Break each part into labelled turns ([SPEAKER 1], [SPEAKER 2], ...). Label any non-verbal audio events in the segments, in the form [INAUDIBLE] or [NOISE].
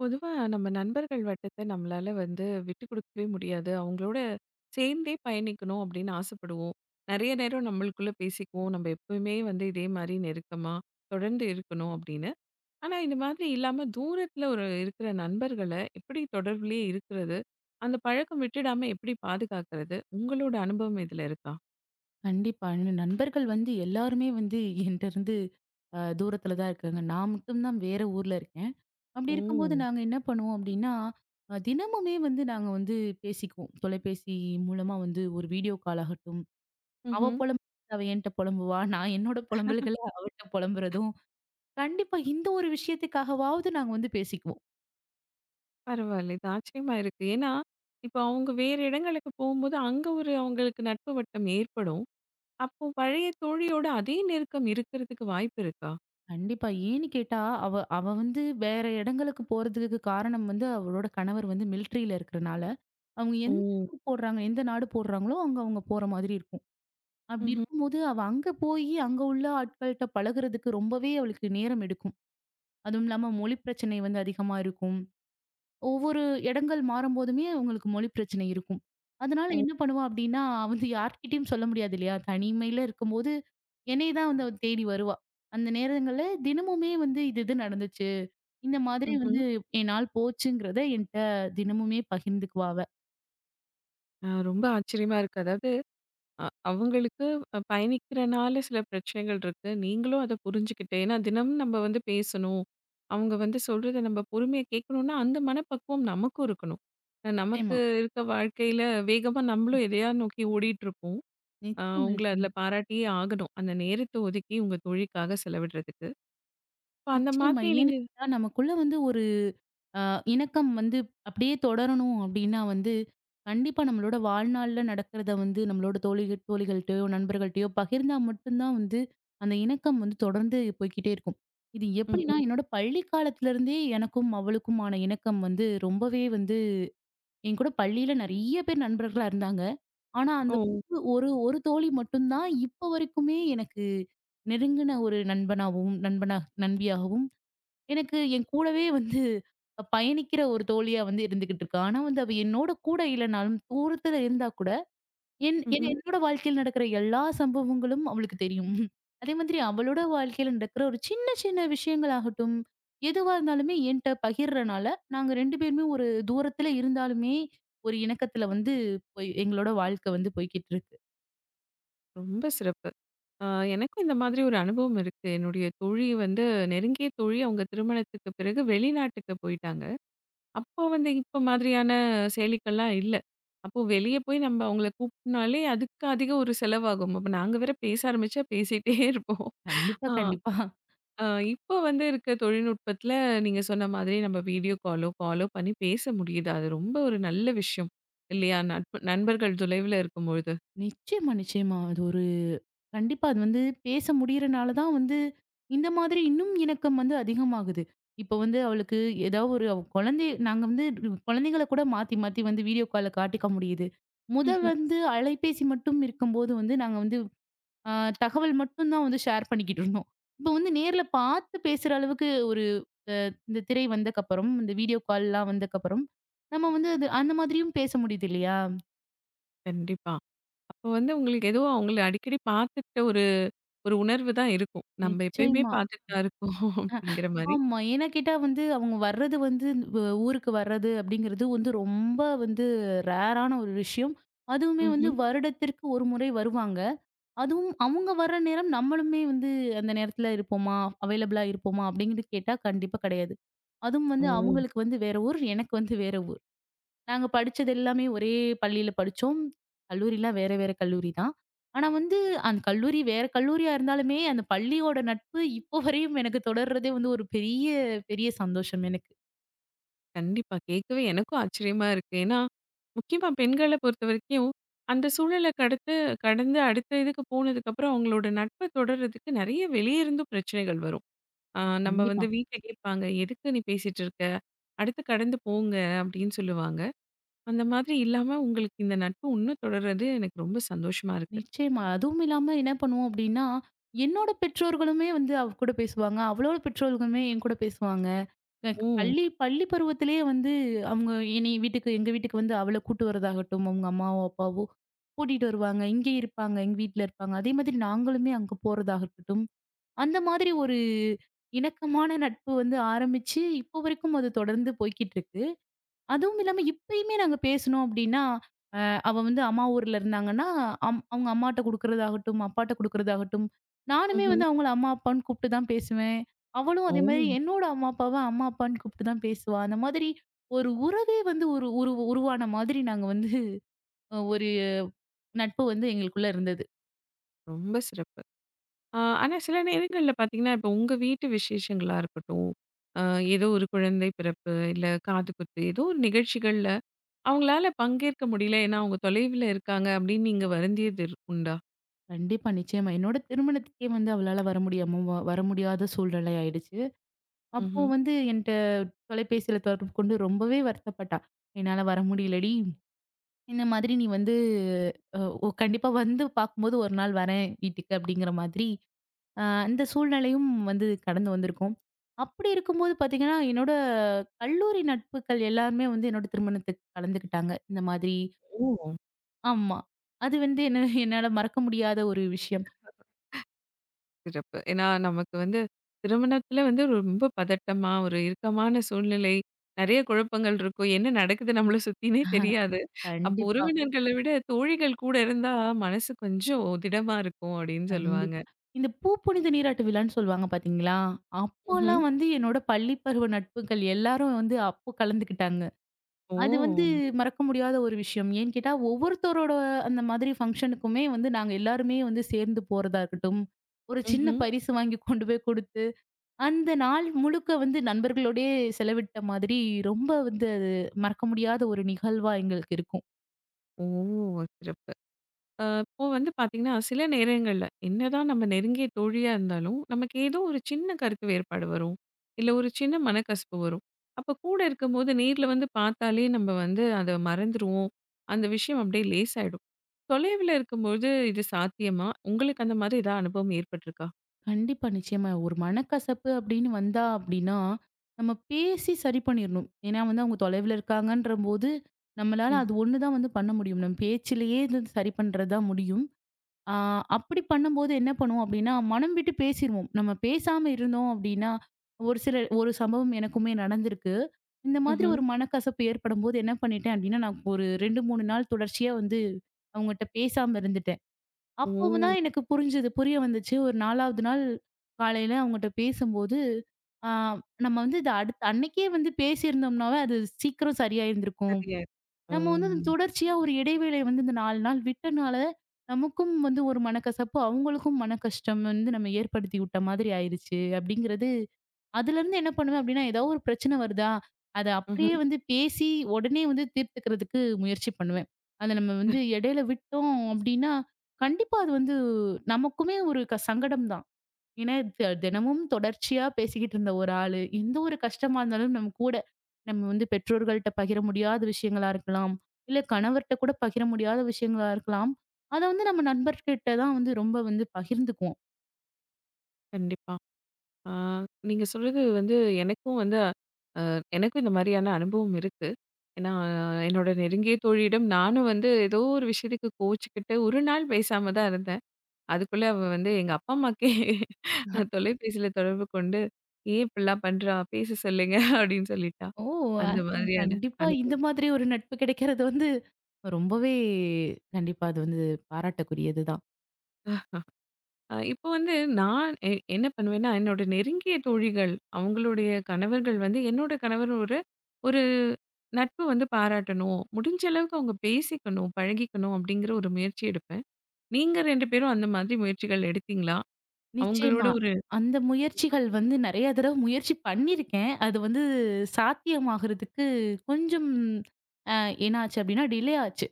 [SPEAKER 1] பொதுவா நம்ம நண்பர்கள் வட்டத்தை நம்மளால வந்து விட்டு கொடுக்கவே முடியாது. அவங்களோட சேர்ந்தே பயணிக்கணும் அப்படின்னு ஆசைப்படுவோம். நெறைய நேரம் நம்மளுக்குள்ள பேசிக்குவோம். நம்ம எப்பவுமே வந்து இதே மாரி நெருக்கமா தொடர்ந்து இருக்கணும் அப்படின்னு. ஆனா இந்த மாதிரி இல்லாம தூரத்துல ஒரு இருக்கிற நண்பர்கள எப்படி தொடர்புலயே இருக்கிறது? அந்த பழக்கம் விட்டுடாம எப்படி பாதுகாக்கிறது? உங்களோட அனுபவம் இதுல இருக்கா?
[SPEAKER 2] கண்டிப்பா. என்னோட நண்பர்கள் வந்து எல்லாருமே வந்து என்ட்ட இருந்து தூரத்துல தான் இருக்காங்க. நான் மட்டும் தான் வேற ஊர்ல இருக்கேன். அப்படி
[SPEAKER 1] ஓ!
[SPEAKER 2] இருக்கும்போது நாங்க என்ன பண்ணுவோம் அப்படின்னா, தினமுமே வந்து நாங்க வந்து பேசிக்குவோம். தொலைபேசி மூலமா வந்து ஒரு வீடியோ கால் ஆகட்டும். அவ
[SPEAKER 1] ம்ஹ்ம்.
[SPEAKER 2] புலம் அவ என்ட்ட புலம்புவா. நான் என்னோட புலம்பல்கள அவட்ட புலம்புறதும். கண்டிப்பா இந்த ஒரு விஷயத்துக்காகவாவது நாங்க வந்து பேசிக்குவோம்.
[SPEAKER 1] பரவாயில்ல. இது ஆச்சரியமா இருக்கு. ஏன்னா, இப்ப அவங்க வேறு இடங்களுக்கு போகும்போது, அங்க ஒரு அவங்களுக்கு நட்பு வட்டம் ஏற்படும். அப்போ பழைய தோழியோட அதே நெருக்கம் இருக்கிறதுக்கு வாய்ப்பு இருக்கா?
[SPEAKER 2] கண்டிப்பா. ஏன்னு கேட்டா, அவ அவ வந்து வேற இடங்களுக்கு போறதுக்கு காரணம் வந்து அவளோட கணவர் வந்து மிலிட்ரியில இருக்கிறனால. அவங்க
[SPEAKER 1] ஓ!
[SPEAKER 2] எந்த ஊர் போடுறாங்க, எந்த நாடு போடுறாங்களோ, அங்க அவங்க போற மாதிரி இருக்கும். அப்படி
[SPEAKER 1] ம்ஹ்ம்.
[SPEAKER 2] இருக்கும்போது, அவ அங்க போயி, அங்க உள்ள ஆட்கள்ட்ட பழகுறதுக்கு ரொம்பவே அவளுக்கு நேரம் எடுக்கும். அதுவும் இல்லாம மொழி பிரச்சனை வந்து அதிகமா இருக்கும். ஒவ்வொரு இடங்கள் மாறும்போதுமே அவங்களுக்கு மொழி பிரச்சனை இருக்கும். அதனால
[SPEAKER 1] ஓ!
[SPEAKER 2] என்ன பண்ணுவா அப்படின்னா, வந்து யார்கிட்டயும் சொல்ல முடியாது இல்லையா? தனிமையில இருக்கும்போது, என்னைய தான் வந்து அவ தேடி வருவா. அந்த நேரங்கள்ல தினமுமே வந்து இது இது நடந்துச்சு. இந்த மாதிரி
[SPEAKER 1] ம்ஹ்ம்.
[SPEAKER 2] வந்து என் நாள் போச்சுங்கிறத என்ட்ட தினமுமே பகிர்ந்துக்குவா அவ.
[SPEAKER 1] ரொம்ப ஆச்சரியமா இருக்கு. அதாவது அ அவங்களுக்கு அ பயணிக்கிறனால சில பிரச்சனைகள் இருக்கு. நீங்களும் அத புரிஞ்சுக்கிட்டு, ஏன்னா தினமும் நம்ம வந்து பேசணும். அவங்க வந்து சொல்றத நம்ம பொறுமையா கேட்கணும்னா, அந்த மனப்பக்குவம் நமக்கும் இருக்கணும். நமக்கு
[SPEAKER 2] நிச்சயமா.
[SPEAKER 1] இருக்க வாழ்க்கையில வேகமா நம்மளும் எதையா நோக்கி ஓடிட்டுருப்போம்.
[SPEAKER 2] நிச்சயமா,
[SPEAKER 1] உங்கள அதில
[SPEAKER 2] நிச்சயமா.
[SPEAKER 1] பாராட்டியே ஆகணும். அந்த நேரத்த ஒதுக்கி உங்க தோழிக்காக செலவிடுறதுக்கு. இப்ப அந்த
[SPEAKER 2] நிச்சயமா.
[SPEAKER 1] மாதிரி
[SPEAKER 2] ஏன்னு
[SPEAKER 1] நீங்க
[SPEAKER 2] கேட்டா, நமக்குள்ள வந்து ஒரு அ இணக்கம் வந்து அப்படியே தொடரணும் அப்படின்னா வந்து, கண்டிப்பா நம்மளோட வாழ்நாள்ல நடக்கிறத வந்து நம்மளோட தோழிகள்ட்டயோ, நண்பர்கள்ட்டயோ பகிர்ந்தா மட்டும் தான் வந்து, அந்த இணக்கம் வந்து தொடர்ந்து போய்க்கிட்டே இருக்கும். இது
[SPEAKER 1] ம்ஹ்ம்.
[SPEAKER 2] எப்படின்னா, என்னோட பள்ளி காலத்திலருந்தே எனக்கும் அவளுக்குமான இணக்கம் வந்து ரொம்பவே வந்து என்கூட பள்ளியில நெறைய பேர் நண்பர்களா இருந்தாங்க. ஆனா
[SPEAKER 1] ஓ!
[SPEAKER 2] அந்த ஒரு ஒரு தோழி மட்டும் தான் இப்ப வரைக்குமே எனக்கு நெருங்கின ஒரு நண்பனாகவும், நண்பியாகவும் எனக்கு என் கூடவே வந்து பயணிக்கிற ஒரு தோழியா வந்து இருந்துகிட்டு இருக்கா. ஆனா வந்து அவ என்னோட கூட இல்லனாலும், தூரத்துல இருந்தா கூட, என் என்
[SPEAKER 1] ம்ஹ்ம்.
[SPEAKER 2] என்னோட வாழ்க்கையில நடக்கிற எல்லா சம்பவங்களும் அவளுக்கு தெரியும். அதே மாதிரி அவளோட வாழ்க்கையில நடக்கிற ஒரு சின்ன சின்ன விஷயங்களாகட்டும், எதுவா இருந்தாலுமே என்ட்ட பகிர்றனால, நாங்க 2 பேருமே ஒரு தூரத்துல இருந்தாலுமே, ஒரு இணக்கத்துல வந்து போய் எங்களோட வாழ்க்கை வந்து போய்க்கிட்டு இருக்கு.
[SPEAKER 1] ரொம்ப சிறப்பு. அ எனக்கும் இந்த மாதிரி ஒரு அனுபவம் இருக்கு. என்னுடைய தோழி வந்து நெருங்கிய தோழி அவங்க திருமணத்துக்கு பிறகு வெளிநாட்டுக்கு போயிட்டாங்க. அப்போ வந்து இப்ப மாதிரியான செயலிகள்லாம் இல்ல. அப்போ வெளிய போய் நம்ம அவங்கள கூப்பிட்டனாலே அதுக்கு அதிக ஒரு செலவாகும். அப்ப நாங்க வேற பேச ஆரம்பிச்சா பேசிட்டே [LAUGHS] இருப்போம்.
[SPEAKER 2] கண்டிப்பா,
[SPEAKER 1] ஆ
[SPEAKER 2] கண்டிப்பா.
[SPEAKER 1] அ இப்போ வந்து இருக்க தொழில்நுட்பத்துல நீங்க சொன்ன மாதிரி நம்ம வீடியோ காலோ பண்ணி பேச முடியுது. அது ரொம்ப ஒரு நல்ல விஷயம் இல்லையா? நட்பு நண்பர்கள் தொலைவுல இருக்கும்பொழுது.
[SPEAKER 2] நிச்சயமா. அது ஒரு கண்டிப்பா. அது வந்து பேச முடியறனால தான் வந்து, இந்த மாதிரி இன்னும் இணக்கம் வந்து அதிகமாகுது. இப்போ வந்து அவளுக்கு ஏதாவது ஒரு அவ குழந்தை நாங்க வந்து குழந்தைங்கள கூட மாத்தி மாத்தி வந்து வீடியோ கால்ல காட்டிக்க முடியுது. முதல் வந்து அலைபேசி மட்டும் இருக்கும்போது வந்து நாங்க வந்து அ தகவல் மட்டும் தான் வந்து ஷேர் பண்ணிக்கிட்டு இருந்தோம். இப்போ வந்து நேர்ல பார்த்து பேசுற அளவுக்கு ஒரு அ இந்த திரை வந்தக்கப்புறம், இந்த வீடியோ கால்லாம் வந்தக்கப்புறம், நம்ம வந்து அது அந்த மாதிரியும் பேச முடியுது இல்லையா?
[SPEAKER 1] கண்டிப்பா. அப்ப வந்து உங்களுக்கு ஏதோ அவங்கள அடிக்கடி பார்த்துக்கிட்ட ஒரு ஒரு உணர்வு தான் இருக்கும். நம்ம எப்பயுமே
[SPEAKER 2] நிச்சயமா.
[SPEAKER 1] பார்த்துட்டு தான் இருக்கோம் [LAUGHS] அப்படிங்கிற மாரி.
[SPEAKER 2] ஆமா. ஏன்னா கேட்டா வந்து அவங்க வர்றது வந்து வ ஊருக்கு வர்றது அப்படிங்கிறது வந்து ரொம்ப வந்து ரேரான ஒரு விஷயம். அதுவுமே வந்து
[SPEAKER 1] ம்ஹ்ம்.
[SPEAKER 2] வருடத்திற்கு ஒரு முறை வருவாங்க. அதுவும் அவங்க வர்ற நேரம் நம்மளுமே வந்து அந்த நேரத்துல இருப்போமா? அவைலபிளா இருப்போமா? அப்படிங்கிறது கேட்டா கண்டிப்பா கிடையாது. அதுவும்
[SPEAKER 1] ஓ!
[SPEAKER 2] வந்து அவங்களுக்கு வந்து வேற ஊர், எனக்கு வந்து வேற ஊர். நாங்க படிச்சது எல்லாமே ஒரே பள்ளியில படிச்சோம். கல்லூரிலாம் வேற வேற கல்லூரி தான். ஆனா வந்து அந்த கல்லூரி வேற கல்லூரியா இருந்தாலுமே, அந்த பள்ளியோட நட்பு இப்போ வரையும் எனக்கு தொடர்றதே வந்து ஒரு பெரிய சந்தோஷம் எனக்கு.
[SPEAKER 1] கண்டிப்பா. கேட்கவே எனக்கும் ஆச்சரியமா இருக்கு. ஏன்னா, முக்கியமா பெண்கள பொறுத்தவரைக்கும், அந்த சூழல கடந்து அடுத்த இதுக்கு போனதுக்கப்புறம் அவங்களோட நட்பு தொடர்றதுக்கு நெறைய வெளிய இருந்தும் பிரச்சனைகள் வரும். ஆ நம்ம
[SPEAKER 2] கண்டிப்பா.
[SPEAKER 1] வந்து வீட்ல கேட்பாங்க, "எதுக்கு நீ பேசிட்டு இருக்க? அடுத்து கடந்து போங்க" அப்படின்னு சொல்லுவாங்க. அந்த மாதிரி இல்லாம உங்களுக்கு இந்த நட்பு இன்னும் தொடர்றது எனக்கு ரொம்ப சந்தோஷமா இருக்கு.
[SPEAKER 2] நிச்சயமா. அதுவும் இல்லாம என்ன பண்ணுவோம் அப்டின்னா, என்னோட பெற்றோர்களுமே வந்து அவ கூட பேசுவாங்க. அவளோட பெற்றோர்களுமே என் கூட பேசுவாங்க. எனக்கு
[SPEAKER 1] ஓ!
[SPEAKER 2] பள்ளி பள்ளி பருவத்திலேயே வந்து அவங்க என்னை எங்க வீட்டுக்கு வந்து அவளை கூட்டு வரதாகட்டும் அவங்க அம்மாவோ அப்பாவோ கூட்டிட்டு வருவாங்க இங்கே இருப்பாங்க எங்க வீட்ல இருப்பாங்க அதே மாதிரி நாங்களுமே அங்க போறதாகட்டும் அந்த மாதிரி ஒரு இணக்கமான நட்பு வந்து ஆரம்பிச்சு இப்போ வரைக்கும் அது தொடர்ந்து போய்க்கிட்டு இருக்கு அதுவும் இல்லாம இப்பயுமே நாங்க பேசணும் அப்படின்னா அவ வந்து அம்மா ஊர்ல இருந்தாங்கன்னா, அவங்க அம்மாட்ட குடுக்குறதாகட்டும், அப்பாட்ட குடுக்குறதாகட்டும், நானுமே
[SPEAKER 1] ம்ஹ்ம்.
[SPEAKER 2] வந்து அவங்கள அம்மா, அப்பான்னு கூப்பிட்டு தான் பேசுவேன். அவளும்
[SPEAKER 1] ஓ!
[SPEAKER 2] அதே மாரி என்னோட அம்மா, அம்மா, அப்பான்னு கூப்பிட்டு தான் பேசுவா. அந்த மாதிரி ஒரு உறவே வந்து ஒரு உருவான மாதிரி நாங்க வந்து ஒரு நட்பு வந்து எங்களுக்குள்ள இருந்தது.
[SPEAKER 1] ரொம்ப சிறப்பு. ஆனா சில நேரங்கள்ல பார்த்தீங்கன்னா, இப்போ உங்க வீட்டு விசேஷங்களா இருக்கட்டும், அ ஏதோ ஒரு குழந்தை பிறப்பு, இல்ல காதுகுத்து, ஏதோ ஒரு நிகழ்ச்சிகள்ல அவங்களால பங்கேற்க முடியல. ஏன்னா அவங்க தொலைவுல இருக்காங்க அப்படின்னு நீங்க வருந்தியது உண்டா?
[SPEAKER 2] கண்டிப்பா, நிச்சயமா. என்னோட திருமணத்துக்கே வந்து அவளால வர முடியாம வர முடியாத சூழ்நிலை ஆயிடுச்சு. அப்போ
[SPEAKER 1] ம்ஹ்ம்.
[SPEAKER 2] வந்து என்ட்ட தொலைபேசியில தொடர்பு கொண்டு ரொம்பவே வருத்தப்பட்டா. "என்னால வர முடியலடி." இந்த மாதிரி நீ வந்து அ கண்டிப்பா வந்து பார்க்கும்போது ஒரு நாள் வரேன் வீட்டுக்கு அப்படிங்கிற மாதிரி, அந்த சூழ்நிலையும் வந்து கடந்து வந்திருக்கோம். அப்படி இருக்கும்போது பார்த்தீங்கன்னா, என்னோட கல்லூரி நட்புகள் எல்லாருமே வந்து என்னோட திருமணத்துக்கு கலந்துக்கிட்டாங்க. இந்த மாதிரி
[SPEAKER 1] ஓ!
[SPEAKER 2] ஆமா. அது வந்து என்னால மறக்க முடியாத ஒரு விஷயம்.
[SPEAKER 1] சிறப்பு. ஏன்னா நமக்கு வந்து திருமணத்துல வந்து ரொம்ப பதட்டமா, ஒரு இறுக்கமான சூழ்நிலை, நெறைய குழப்பங்கள் இருக்கும். என்ன நடக்குது நம்மள சுத்தினே தெரியாது. அப்போ
[SPEAKER 2] கண்டிப்பா,
[SPEAKER 1] உறவினர்கள விட தோழிகள் கூட இருந்தா மனசு கொஞ்சம் திடமா இருக்கும் அப்படின்னு சொல்லுவாங்க.
[SPEAKER 2] கண்டிப்பா. இந்த புனித நீராட்டு விழான்னு சொல்லுவாங்க பார்த்தீங்களா?
[SPEAKER 1] ம்ஹ்ம்.
[SPEAKER 2] அப்போலாம் வந்து என்னோட பள்ளி பருவ நட்புகள் எல்லாரும் வந்து அப்போ கலந்துக்கிட்டாங்க. அது வந்து
[SPEAKER 1] ஓ!
[SPEAKER 2] மறக்க முடியாத ஒரு விஷயம். ஏன்னு கேட்டா, ஒவ்வொருத்தரோட அந்த மாதிரி ஃபங்ஷனுக்குமே வந்து நாங்க எல்லாருமே வந்து சேர்ந்து போறதா இருக்கட்டும், ஒரு சின்ன
[SPEAKER 1] ம்ஹ்ம்.
[SPEAKER 2] பரிசு வாங்கி கொண்டு போய் குடுத்து, அந்த நாள் முழுக்க வந்து நண்பர்களோடயே செலவிட்ட மாதிரி ரொம்ப வந்து அது மறக்க முடியாத ஒரு நிகழ்வா எங்களுக்கு இருக்கும்.
[SPEAKER 1] ஓ! சிறப்பு. இப்போ வந்து பார்த்தீங்கன்னா, சில நேரங்கள்ல என்னதான் நம்ம நெருங்கிய தோழியா இருந்தாலும், நமக்கு ஏதோ ஒரு சின்ன கருத்து வேறுபாடு வரும். இல்ல ஒரு சின்ன மனக்கசப்பு வரும். அப்ப கூட இருக்கும்போது நேர்ல வந்து பார்த்தாலே நம்ம வந்து அத மறந்துருவோம். அந்த விஷயம் அப்படியே லேசாயிடும். தொலைவுல இருக்கும்போது இது சாத்தியமா? உங்களுக்கு அந்த மாதிரி ஏதாவது அனுபவம் ஏற்பட்டிருக்கா?
[SPEAKER 2] கண்டிப்பா, நிச்சயமா. ஒரு மனக்கசப்பு அப்படின்னு வந்தா அப்படின்னா, நம்ம பேசி சரி பண்ணிரணும். ஏன்னா வந்து அவங்க தொலைவுல இருக்காங்கன்றபோது, நம்மளால
[SPEAKER 1] ம்.
[SPEAKER 2] அது ஒண்ணு தான் வந்து பண்ண முடியும். நம்ம பேச்சிலேயே இது சரி பண்றது தான் முடியும். ஆ, அப்படி பண்ணும்போது என்ன பண்ணுவோம் அப்படின்னா, மனம் விட்டு பேசிருவோம். நம்ம பேசாம இருந்தோம் அப்படின்னா, ஒரு சம்பவம் எனக்குமே நடந்திருக்கு. இந்த மாதிரி
[SPEAKER 1] ம்ஹ்ம்.
[SPEAKER 2] ஒரு மனக்கசப்பு ஏற்படும்போது என்ன பண்ணிட்டேன் அப்படின்னா, நான் ஒரு 2, 3 நாள் தொடர்ச்சியா வந்து அவங்கட்ட பேசாம இருந்துட்டேன்.
[SPEAKER 1] ஓ!
[SPEAKER 2] அப்பவும் தான் எனக்கு புரிஞ்சது. புரிய வந்துச்சு. ஒரு 4வது நாள் காலையில அவங்கட்ட பேசும்போது, ஆ நம்ம வந்து இத அடுத்த அன்னைக்கே வந்து பேசியிருந்தோம்னாவே, அது சீக்கிரம் சரியாயிருந்திருக்கும்.
[SPEAKER 1] சரியா ஓ!
[SPEAKER 2] நம்ம வந்து அந்த தொடர்ச்சியா ஒரு இடைவேளை வந்து இந்த 4 நாள் விட்டனால, நமக்கும் வந்து ஒரு மனக்கசப்பு, அவங்களுக்கும் மனக்கஷ்டம் வந்து நம்ம ஏற்படுத்தி விட்ட மாதிரி ஆயிருச்சு அப்படிங்கிறது அதுலருந்து என்ன பண்ணுவேன் அப்படின்னா, ஏதாவது ஒரு பிரச்சனை வருதா, அத அப்படியே
[SPEAKER 1] ம்ஹ்ம்.
[SPEAKER 2] வந்து பேசி உடனே வந்து தீர்த்துக்கிறதுக்கு முயற்சி பண்ணுவேன். அத நம்ம வந்து இடையில விட்டோம் அப்படின்னா, கண்டிப்பா அது வந்து நமக்குமே ஒரு சங்கடம் தான். ஏன்னா, தினமும் தொடர்ச்சியா பேசிக்கிட்டு இருந்த ஒரு ஆளு. எந்த ஒரு கஷ்டமா இருந்தாலும் நம்ம கூட நம்ம வந்து பெற்றோர்கள்ட்ட பகிர முடியாத விஷயங்களா இருக்கலாம். இல்ல கணவர்ட்ட கூட பகிர முடியாத விஷயங்களா இருக்கலாம். அத வந்து நம்ம நண்பர்கிட்ட தான் வந்து ரொம்ப வந்து பகிர்ந்துக்குவோம்.
[SPEAKER 1] கண்டிப்பா. ஆ நீங்க சொல்றது வந்து எனக்கும் வந்து எனக்கும் இந்த மாரியான அனுபவம் இருக்கு. ஏன்னா, என்னோட நெருங்கிய தோழியிடம் நானும் வந்து ஏதோ ஒரு விஷயத்துக்கு கோவிச்சுக்கிட்டு ஒரு நாள் பேசாம தான் இருந்தேன். அதுக்குள்ள அவ வந்து எங்க அப்பா அம்மாக்கே [LAUGHS] தொலைபேசியில தொடர்பு கொண்டு, "ஏன் இப்படிலாம் பண்றா? பேச சொல்லுங்க" [LAUGHS] அப்படின்னு சொல்லிட்டா.
[SPEAKER 2] ஓ! அ.
[SPEAKER 1] அந்த மாதிரியான
[SPEAKER 2] கண்டிப்பா இந்த
[SPEAKER 1] அனுபவம்.
[SPEAKER 2] மாதிரி ஒரு நட்பு கிடைக்கிறது வந்து ரொம்பவே கண்டிப்பா அது வந்து பாராட்டக்குரியது தான்.
[SPEAKER 1] இப்போ வந்து நான் என்ன பண்ணுவேன்னா, என்னோட நெருங்கிய தோழிகள், அவங்களுடைய கணவர்கள் வந்து என்னோட கணவர் ஒரு ஒரு நட்பு வந்து பாராட்டணும். முடிஞ்ச அளவுக்கு அவங்க பேசிக்கணும், பழகிக்கணும் அப்படிங்கிற ஒரு முயற்சி எடுப்பேன். நீங்க 2 பேரும் அந்த மாதிரி முயற்சிகள் எடுத்தீங்களா? அவங்களோட
[SPEAKER 2] நிச்சயமா.
[SPEAKER 1] ஒரு
[SPEAKER 2] அந்த முயற்சிகள் வந்து நெறைய தடவ முயற்சி பண்ணியிருக்கேன். அது வந்து சாத்தியமாகறதுக்கு கொஞ்சம் அ என்னாச்சு அப்டின்னா டிலே ஆச்சு.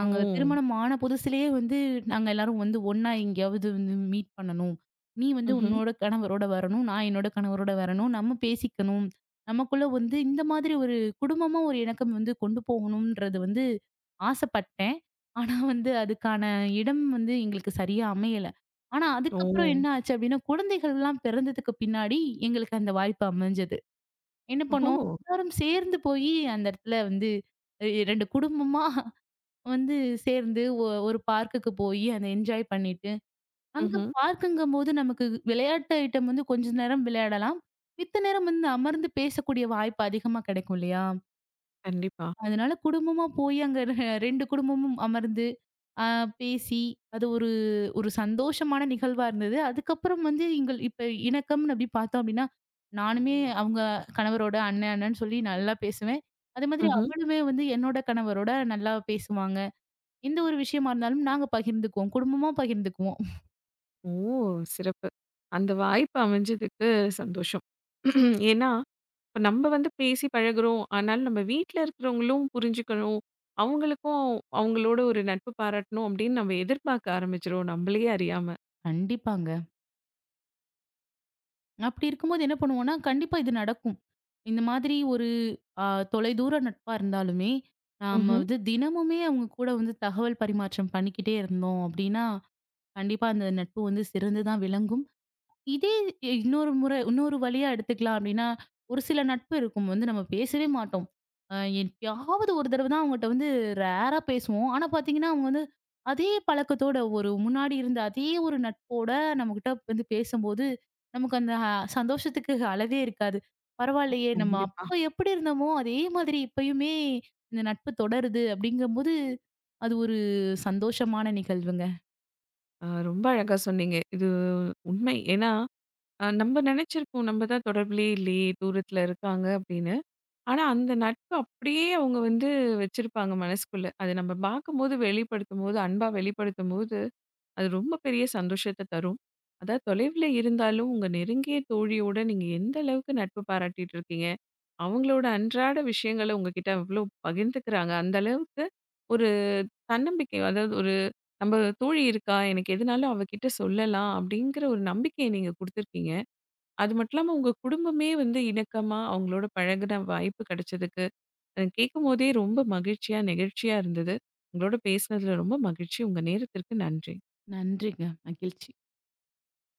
[SPEAKER 1] ஓ!
[SPEAKER 2] திருமணம் ஆன புதுசுலயே வந்து நாங்க எல்லாரும் வந்து ஒண்ணா எங்கேயாவது வந்து மீட் பண்ணணும். நீ வந்து
[SPEAKER 1] ம்ஹ்ம்.
[SPEAKER 2] உன்னோட கணவரோட வரணும். நான் என்னோட கணவரோட வரணும். நம்ம பேசிக்கணும். நமக்குள்ள வந்து இந்த மாதிரி ஒரு குடும்பமா ஒரு இணக்கம் வந்து கொண்டு போகணும்ன்றது வந்து ஆசைப்பட்டேன். ஆனா வந்து அதுக்கான இடம் வந்து எங்களுக்கு சரியா அமையல. ஆனா அதுக்கப்புறம்
[SPEAKER 1] ஓ!
[SPEAKER 2] என்ன ஆச்சு அப்படின்னா, குழந்தைகள்லாம் பிறந்ததுக்கு பின்னாடி எங்களுக்கு அந்த வாய்ப்பு அமைஞ்சது. என்ன பண்ணோம்
[SPEAKER 1] ஓ!
[SPEAKER 2] எல்லாரும் சேர்ந்து போய் அந்த இடத்துல வந்து 2 குடும்பமா வந்து சேர்ந்து ஒரு பார்க்குக்கு போயி அத என்ஜாய் பண்ணிட்டு, அங்க
[SPEAKER 1] ம்ஹ்ம்.
[SPEAKER 2] பார்க்குங்கம்போது நமக்கு விளையாட்டு ஐட்டம் வந்து கொஞ்ச நேரம் விளையாடலாம். மித்த நேரம் வந்து அமர்ந்து பேசக்கூடிய வாய்ப்பு அதிகமா கிடைக்கும் இல்லையா?
[SPEAKER 1] கண்டிப்பா.
[SPEAKER 2] அதனால குடும்பமா போய் அங்க 2 குடும்பமும் அமர்ந்து, அ பேசி அது ஒரு ஒரு சந்தோஷமான நிகழ்வா இருந்தது. அதுக்கப்புறம் வந்து எங்கள் இப்ப இணக்கம்னு அப்படி பார்த்தோம் அப்படின்னா, நானுமே அவங்க கணவரோட அண்ணன்னு சொல்லி நல்லா பேசுவேன். அதே மாதிரி
[SPEAKER 1] ம்ஹ்ம்.
[SPEAKER 2] அவளுமே வந்து என்னோட கணவரோட நல்லா பேசுவாங்க. எந்த ஒரு விஷயமா இருந்தாலும் நாங்க பகிர்ந்துக்குவோம். குடும்பமா பகிர்ந்துக்குவோம்.
[SPEAKER 1] ஓ! சிறப்பு. அந்த வாய்ப்பு அமைஞ்சதுக்கு சந்தோஷம். ஏன்னா, இப்ப நம்ம வந்து பேசி பழகுறோம். ஆனாலும் நம்ம வீட்ல இருக்கிறவங்களும் புரிஞ்சுக்கணும். அவங்களுக்கும் அவங்களோட ஒரு நட்பு பாராட்டணும் அப்படின்னு நம்ம எதிர்பார்க்க ஆரம்பிச்சுருவோம் நம்மளையே அறியாம.
[SPEAKER 2] கண்டிப்பாங்க. அப்படி இருக்கும்போது என்ன பண்ணுவோம்னா, கண்டிப்பா இது நடக்கும். இந்த மாதிரி ஒரு அ தொலைதூர நட்பா இருந்தாலுமே, நாம
[SPEAKER 1] ம்ஹ்ம்.
[SPEAKER 2] வந்து தினமுமே அவங்க கூட வந்து தகவல் பரிமாற்றம் பண்ணிக்கிட்டே இருந்தோம் அப்படின்னா, கண்டிப்பா அந்த நட்பு வந்து சிறந்து தான் விளங்கும். இதே இன்னொரு முறை இன்னொரு வழியா எடுத்துக்கலாம் அப்படின்னா, ஒரு சில நட்பு இருக்கும் வந்து நம்ம பேசவே மாட்டோம். அ எப்பயாவது ஒரு தடவ தான் அவங்கட்ட வந்து ரேரா பேசுவோம். ஆனா பார்த்தீங்கன்னா, அவங்க வந்து அதே பழக்கத்தோட ஒரு முன்னாடி இருந்த அதே ஒரு நட்போட நம்மகிட்ட வந்து பேசும்போது, நமக்கு அந்த சந்தோஷத்துக்கு அளவே இருக்காது. பரவாயில்லையே நம்ம
[SPEAKER 1] கண்டிப்பா.
[SPEAKER 2] அப்ப எப்படி இருந்தோமோ, அதே மாதிரி இப்பயுமே இந்த நட்பு தொடருது அப்படிங்கும்போது, அது ஒரு சந்தோஷமான நிகழ்வுங்க.
[SPEAKER 1] ரொம்ப அழகா சொன்னீங்க. இது உண்மை. ஏன்னா நம்ம நினைச்சிருப்போம். நம்ம தான் தொடர்பிலே இல்லையே! தூரத்தில இருக்காங்க அப்படின்னு. ஆனா, அந்த நட்பு அப்படியே அவங்க வந்து வச்சிருப்பாங்க மனசுக்குள்ள. அது நம்ம பார்க்கும்போது, வெளிப்படுத்தும்போது, அன்பா வெளிப்படுத்தும்போது, அது ரொம்ப பெரிய சந்தோஷத்த தரும். அதாவது தொலைவில இருந்தாலும், உங்க நெருங்கிய தோழியோட நீங்க எந்த அளவுக்கு நட்பு பாராட்டிட்டு இருக்கீங்க? அவங்களோட அன்றாட விஷயங்கள உங்ககிட்ட எவ்வளோ பகிர்ந்துக்கிறாங்க. அந்த அளவுக்கு ஒரு தன்னம்பிக்கை அதாவது ஒரு நம்ம தோழி இருக்கா, எனக்கு எதுனாலும் அவகிட்ட சொல்லலாம் அப்படிங்கிற ஒரு நம்பிக்கைய நீங்க குடுத்துருக்கீங்க. அது மட்டும் இல்லாம உங்க குடும்பமே வந்து இணக்கமா அவங்களோட பழகுன வாய்ப்பு கிடைச்சதுக்கு எனக்கு கேட்கும் போதே ரொம்ப மகிழ்ச்சியா, நெகிழ்ச்சியா இருந்தது. உங்களோட பேசினதுல ரொம்ப மகிழ்ச்சி. உங்க நேரத்திற்கு நன்றி.
[SPEAKER 2] நன்றிங்க. மகிழ்ச்சி.